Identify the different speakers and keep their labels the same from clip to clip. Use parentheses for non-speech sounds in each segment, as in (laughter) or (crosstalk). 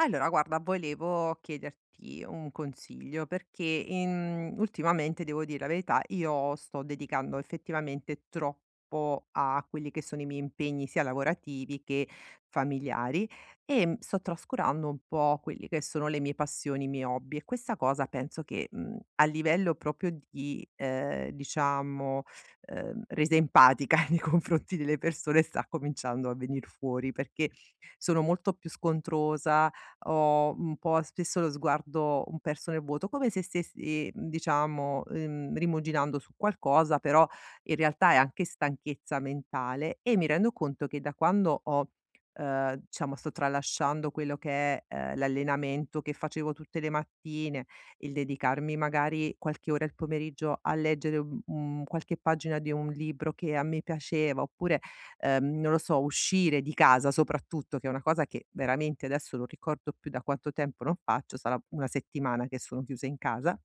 Speaker 1: Allora, guarda, volevo chiederti un consiglio perché ultimamente, devo dire la verità, io sto dedicando effettivamente troppo a quelli che sono i miei impegni sia lavorativi che familiari e sto trascurando un po' quelli che sono le mie passioni, i miei hobby, e questa cosa penso che a livello proprio di, resa empatica (laughs) nei confronti delle persone sta cominciando a venire fuori perché sono molto più scontrosa. Ho un po' spesso lo sguardo un perso nel vuoto, come se stessi, rimuginando su qualcosa, però in realtà è anche stanchezza mentale, e mi rendo conto che da quando ho diciamo, sto tralasciando quello che è l'allenamento che facevo tutte le mattine, il dedicarmi magari qualche ora al pomeriggio a leggere qualche pagina di un libro che a me piaceva, oppure non lo so, uscire di casa soprattutto, che è una cosa che veramente adesso non ricordo più da quanto tempo non faccio. Sarà una settimana che sono chiusa in casa.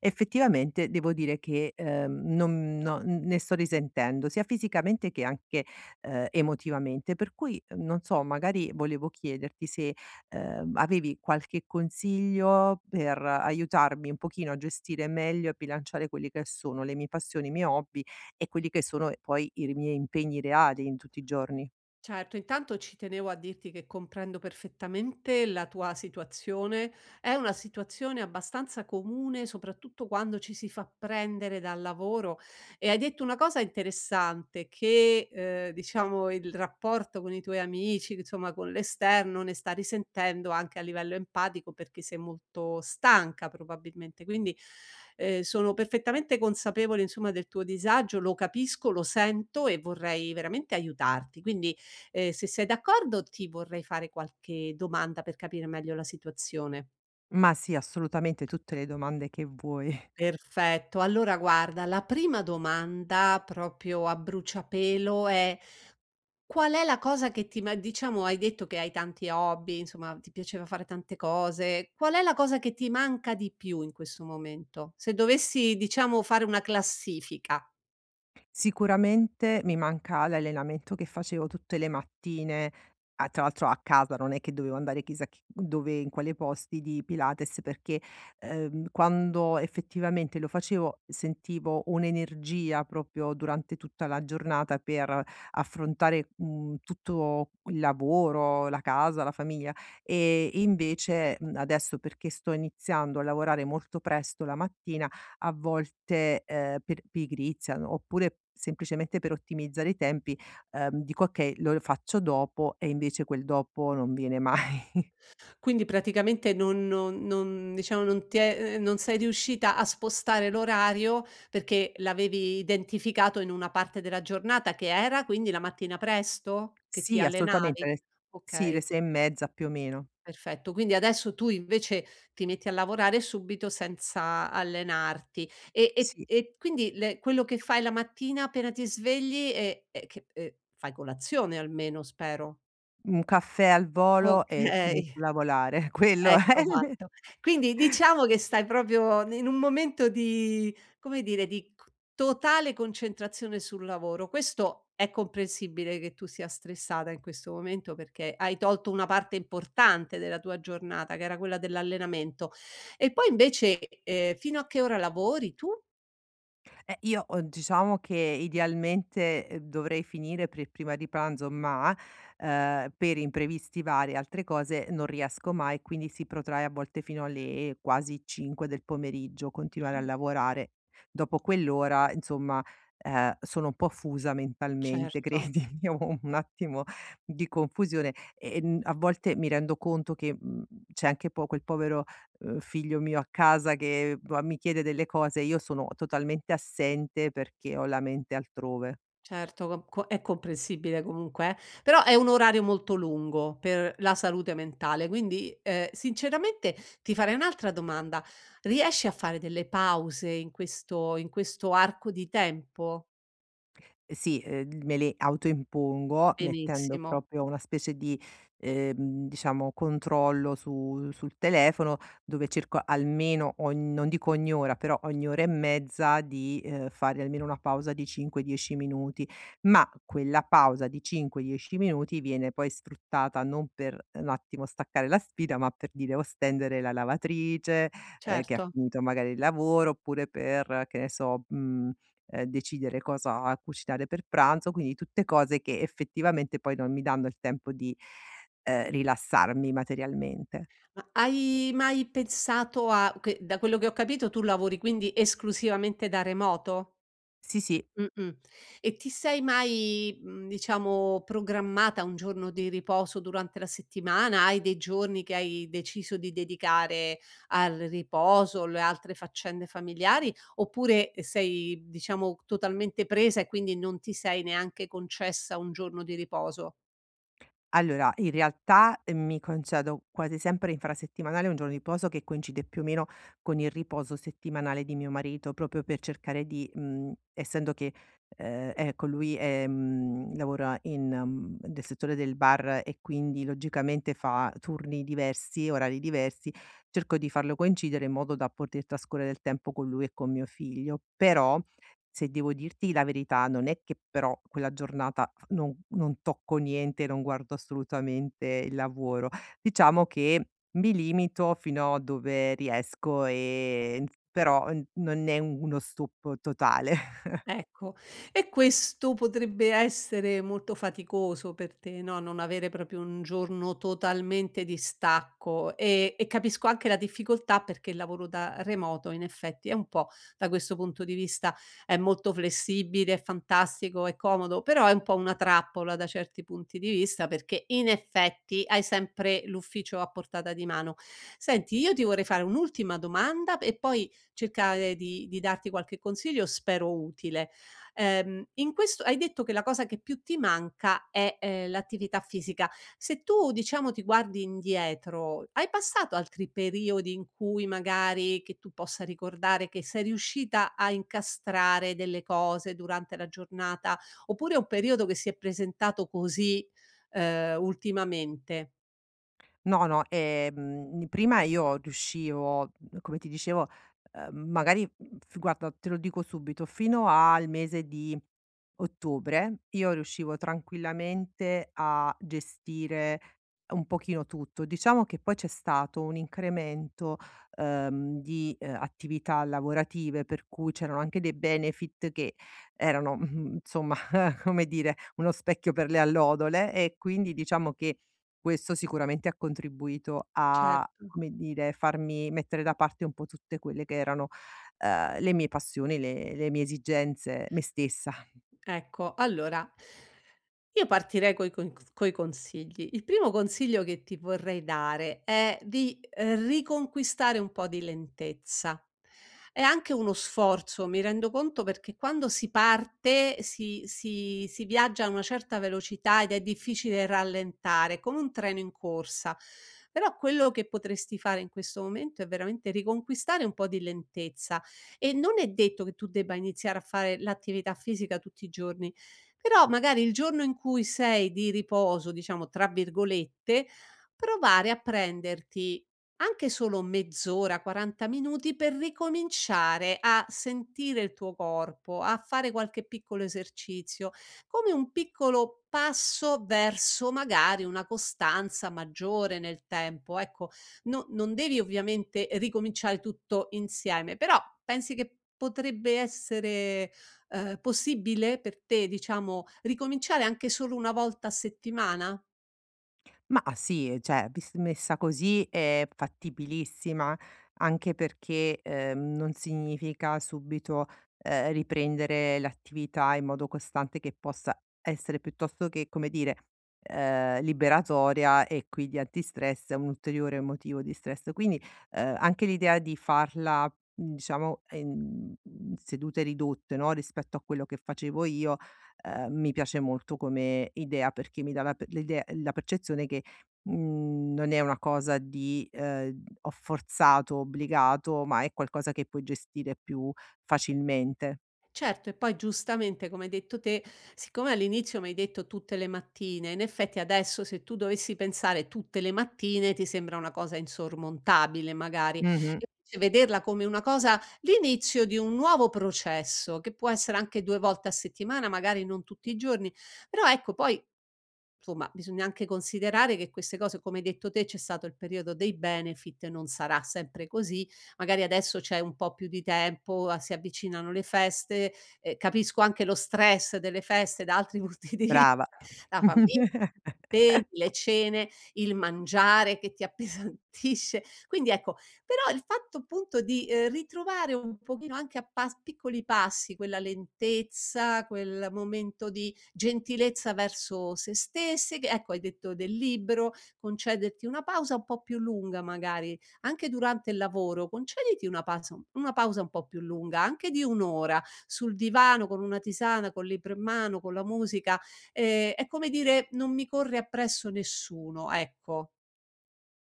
Speaker 1: Effettivamente devo dire che, non no, ne sto risentendo, sia fisicamente che anche, emotivamente. Per cui, non so, magari volevo chiederti se, avevi qualche consiglio per aiutarmi un pochino a gestire meglio e bilanciare quelli che sono le mie passioni, i miei hobby, e quelli che sono poi i r miei impegni reali in tutti i giorni.
Speaker 2: Certo, intanto ci tenevo a dirti che comprendo perfettamente la tua situazione. È una situazione abbastanza comune, soprattutto quando ci si fa prendere dal lavoro. E hai detto una cosa interessante, che diciamo il rapporto con i tuoi amici, insomma con l'esterno, ne sta risentendo anche a livello empatico perché sei molto stanca probabilmente. Quindi sono perfettamente consapevole, insomma, del tuo disagio, lo capisco, lo sento e vorrei veramente aiutarti. Quindi, se sei d'accordo ti vorrei fare qualche domanda per capire meglio la situazione.
Speaker 1: Ma sì, assolutamente, tutte le domande che vuoi.
Speaker 2: Perfetto. Allora guarda, la prima domanda proprio a bruciapelo è: qual è la cosa che ti ma diciamo hai detto che hai tanti hobby, insomma ti piaceva fare tante cose, qual è la cosa che ti manca di più in questo momento? Se dovessi diciamo fare una classifica.
Speaker 1: Sicuramente mi manca l'allenamento che facevo tutte le mattine, a, tra l'altro, a casa, non è che dovevo andare chissà chi dove, in quale posti di Pilates, perché, quando effettivamente lo facevo sentivo un'energia proprio durante tutta la giornata per affrontare, tutto il lavoro, la casa, la famiglia. E invece, adesso perché sto iniziando a lavorare molto presto la mattina, a volte, per pigrizia, no, oppure semplicemente per ottimizzare i tempi, dico: "Okay, lo faccio dopo", e invece quel dopo non viene mai. (laughs)
Speaker 2: Quindi praticamente non non non diciamo non ti è non sei riuscita a spostare l'orario perché l'avevi identificato in una parte della giornata che era quindi la mattina presto che ti
Speaker 1: Sì, assolutamente,
Speaker 2: allenavi?
Speaker 1: le
Speaker 2: Okay,
Speaker 1: 6 e mezza più o meno.
Speaker 2: perfetto. Quindi adesso tu invece ti metti a lavorare subito senza allenarti e e
Speaker 1: Sì,
Speaker 2: e quindi le quello che fai la mattina appena ti svegli e che fai colazione almeno spero?
Speaker 1: un caffè al volo e inizio
Speaker 2: Okay.
Speaker 1: a lavorare, (laughs) quello è.
Speaker 2: Ecco fatto. Quindi diciamo che stai proprio n in un momento di come dire, di c totale concentrazione sul lavoro. Questo è comprensibile che tu sia stressata in questo momento, perché hai tolto una parte importante della tua giornata, che era quella dell'allenamento. E poi invece, fino a che ora lavori tu?
Speaker 1: Io, diciamo che idealmente, dovrei finire per prima di pranzo, ma, per imprevisti vari e altre cose non riesco mai, quindi si protrae a volte fino alle quasi 5 del pomeriggio continuare a lavorare. Dopo quell'ora, insomma, sono un po' fusa mentalmente,
Speaker 2: Certo.
Speaker 1: (laughs) credimi, ho un attimo di confusione e, a volte mi rendo conto che, c'è anche po quel povero figlio mio a casa che va mi chiede delle cose e io sono totalmente assente perché ho la mente altrove.
Speaker 2: Certo, com co è comprensibile comunque però è un orario molto lungo per la salute mentale, quindi, sinceramente ti farei un'altra domanda: riesci a fare delle pause in questo arco di tempo?
Speaker 1: Sì, me le autoimpongo mettendo
Speaker 2: Benissimo,
Speaker 1: proprio una specie di, diciamo controllo su sul telefono, dove cerco almeno ogn non dico ogni ora, però ogni ora e mezza di, fare almeno una pausa di 5, 10 minuti. Ma quella pausa di 5, 10 minuti viene poi sfruttata non per un attimo staccare la spina, ma per dire o stendere la lavatrice, che ha
Speaker 2: certo.
Speaker 1: finito magari il lavoro, oppure per, che ne so, mhmm decidere cosa cucinare per pranzo, quindi tutte cose che effettivamente poi non mi danno il tempo di, rilassarmi materialmente.
Speaker 2: Ma hai mai pensato a che da quello che ho capito tu lavori quindi esclusivamente da remoto?
Speaker 1: Sì, sì.
Speaker 2: Mh-mh. E ti sei mai, diciamo, programmata un giorno di riposo durante la settimana? Hai dei giorni che hai deciso di dedicare al riposo, le altre faccende familiari, oppure sei, diciamo, totalmente presa e quindi non ti sei neanche concessa un giorno di riposo?
Speaker 1: Allora, in realtà, mi concedo quasi sempre infrasettimanale un giorno di riposo che coincide più o meno con il riposo settimanale di mio marito, proprio per cercare di essendo che, ecco lui, lavora in nel settore del bar, e quindi logicamente fa turni diversi, orari diversi, cerco di farlo coincidere in modo da poter trascorrere del tempo con lui e con mio figlio. Però, se devo dirti la verità, non è che però quella giornata non tocco niente, non guardo assolutamente il lavoro. Diciamo che mi limito fino a dove riesco, però n non è uno stop totale. (laughs)
Speaker 2: Ecco, e questo potrebbe essere molto faticoso per te, no, non avere proprio un giorno totalmente di stacco e capisco anche la difficoltà perché il lavoro da remoto in effetti è un po' da questo punto di vista è molto flessibile, è fantastico, è comodo, però è un po' una trappola da certi punti di vista perché in effetti hai sempre l'ufficio a portata di mano. Senti, io ti vorrei fare un'ultima domanda e poi cercare di darti qualche consiglio, spero utile. In questo hai detto che la cosa che più ti manca è, l'attività fisica. Se tu, diciamo, ti guardi indietro, hai passato altri periodi in cui magari che tu possa ricordare che sei riuscita a incastrare delle cose durante la giornata, oppure è un periodo che si è presentato così, ultimamente?
Speaker 1: No, no, prima io riuscivo, come ti dicevo, magari, mhmm, f guarda, te lo dico subito, fino al mese di ottobre io riuscivo tranquillamente a gestire un pochino tutto. Diciamo che poi c'è stato un incremento, di attività lavorative, per cui c'erano anche dei benefit che erano, (laughs) insomma, (laughs) come dire, uno specchio per le allodole, e quindi diciamo che questo sicuramente ha contribuito a,
Speaker 2: Certo.
Speaker 1: come dire, farmi mettere da parte un po' tutte quelle che erano, le mie passioni, le mie esigenze, me stessa.
Speaker 2: Ecco, allora io partirei coi con coi consigli. Il primo consiglio che ti vorrei dare è di, riconquistare un po' di lentezza. È anche uno sforzo, mi rendo conto, perché quando si parte si viaggia a una certa velocità ed è difficile rallentare, come un treno in corsa. Però quello che potresti fare in questo momento è veramente riconquistare un po' di lentezza. E non è detto che tu debba iniziare a fare l'attività fisica tutti i giorni, però magari il giorno in cui sei di "riposo", diciamo tra virgolette, provare a prenderti anche solo mezz'ora, 40 minuti per ricominciare a sentire il tuo corpo, a fare qualche piccolo esercizio, come un piccolo passo verso magari una costanza maggiore nel tempo. Ecco, non devi ovviamente ricominciare tutto insieme, però pensi che potrebbe essere, possibile per te, diciamo, ricominciare anche solo una volta a settimana?
Speaker 1: Ma sì, cioè vis messa così è fattibilissima, anche perché, non significa subito, riprendere l'attività in modo costante che possa essere piuttosto che, come dire, liberatoria e quindi antistress, è un ulteriore motivo di stress. Quindi, anche l'idea di farla, in sedute ridotte, no, rispetto a quello che facevo io, mi piace molto come idea perché mi dà la pe l'idea, la percezione che, non è una cosa di, ho forzato, obbligato, ma è qualcosa che puoi gestire più facilmente.
Speaker 2: Certo, e poi giustamente, come hai detto te, siccome all'inizio mi hai detto tutte le mattine, in effetti adesso se tu dovessi pensare tutte le mattine ti sembra una cosa insormontabile magari. E
Speaker 1: Mh-mh.
Speaker 2: invece vederla come una cosa, l'inizio di un nuovo processo, che può essere anche 2 volte a settimana, magari non tutti i giorni, però ecco poi insomma, bisogna anche considerare che queste cose, come hai detto te, c'è stato il periodo dei benefit, non sarà sempre così. Magari adesso c'è un po' più di tempo, a si avvicinano le feste, capisco anche lo stress delle feste da altri (laughs) punti di vi
Speaker 1: Brava.
Speaker 2: la famiglia,
Speaker 1: (laughs)
Speaker 2: impegni, le cene, il mangiare che ti appesantisce. Quindi ecco, però il fatto appunto di, ritrovare un pochino anche a pas piccoli passi quella lentezza, quel momento di gentilezza verso se stesse, che ecco hai detto del libro, concederti una pausa un po' più lunga magari, anche durante il lavoro, concediti una pausa un po' più lunga, anche di 1 ora, sul divano con una tisana, col libro in mano, con la musica, è come dire: "Non mi corre appresso nessuno", ecco.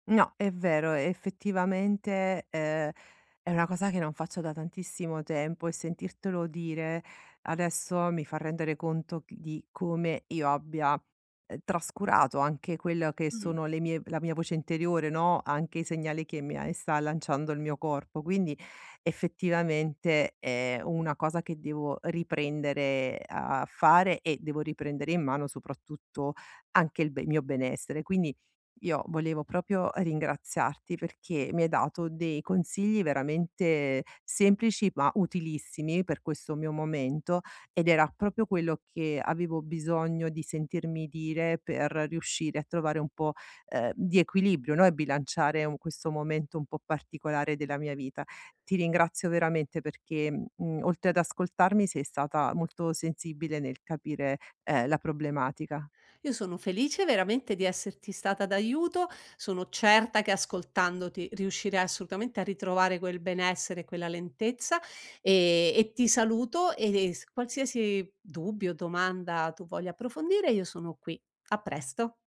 Speaker 1: No, è vero, effettivamente, è una cosa che non faccio da tantissimo tempo, e sentirtelo dire adesso mi fa rendere conto c di come io abbia trascurato anche quello che
Speaker 2: Mh.
Speaker 1: sono le mie la mia voce interiore, no, anche i segnali che mi a sta lanciando il mio corpo. Quindi effettivamente è una cosa che devo riprendere a fare, e devo riprendere in mano soprattutto anche il be mio benessere. Quindi io volevo proprio ringraziarti perché mi hai dato dei consigli veramente semplici ma utilissimi per questo mio momento, ed era proprio quello che avevo bisogno di sentirmi dire per riuscire a trovare un po', di equilibrio, no, e bilanciare un questo momento un po' particolare della mia vita. Ti ringrazio veramente perché, oltre ad ascoltarmi sei stata molto sensibile nel capire, la problematica.
Speaker 2: Io sono felice veramente di esserti stata d'aiuto, sono certa che ascoltandoti riuscirai assolutamente a ritrovare quel benessere e quella lentezza e, ti saluto e qualsiasi dubbio, domanda tu voglia approfondire, io sono qui. A presto.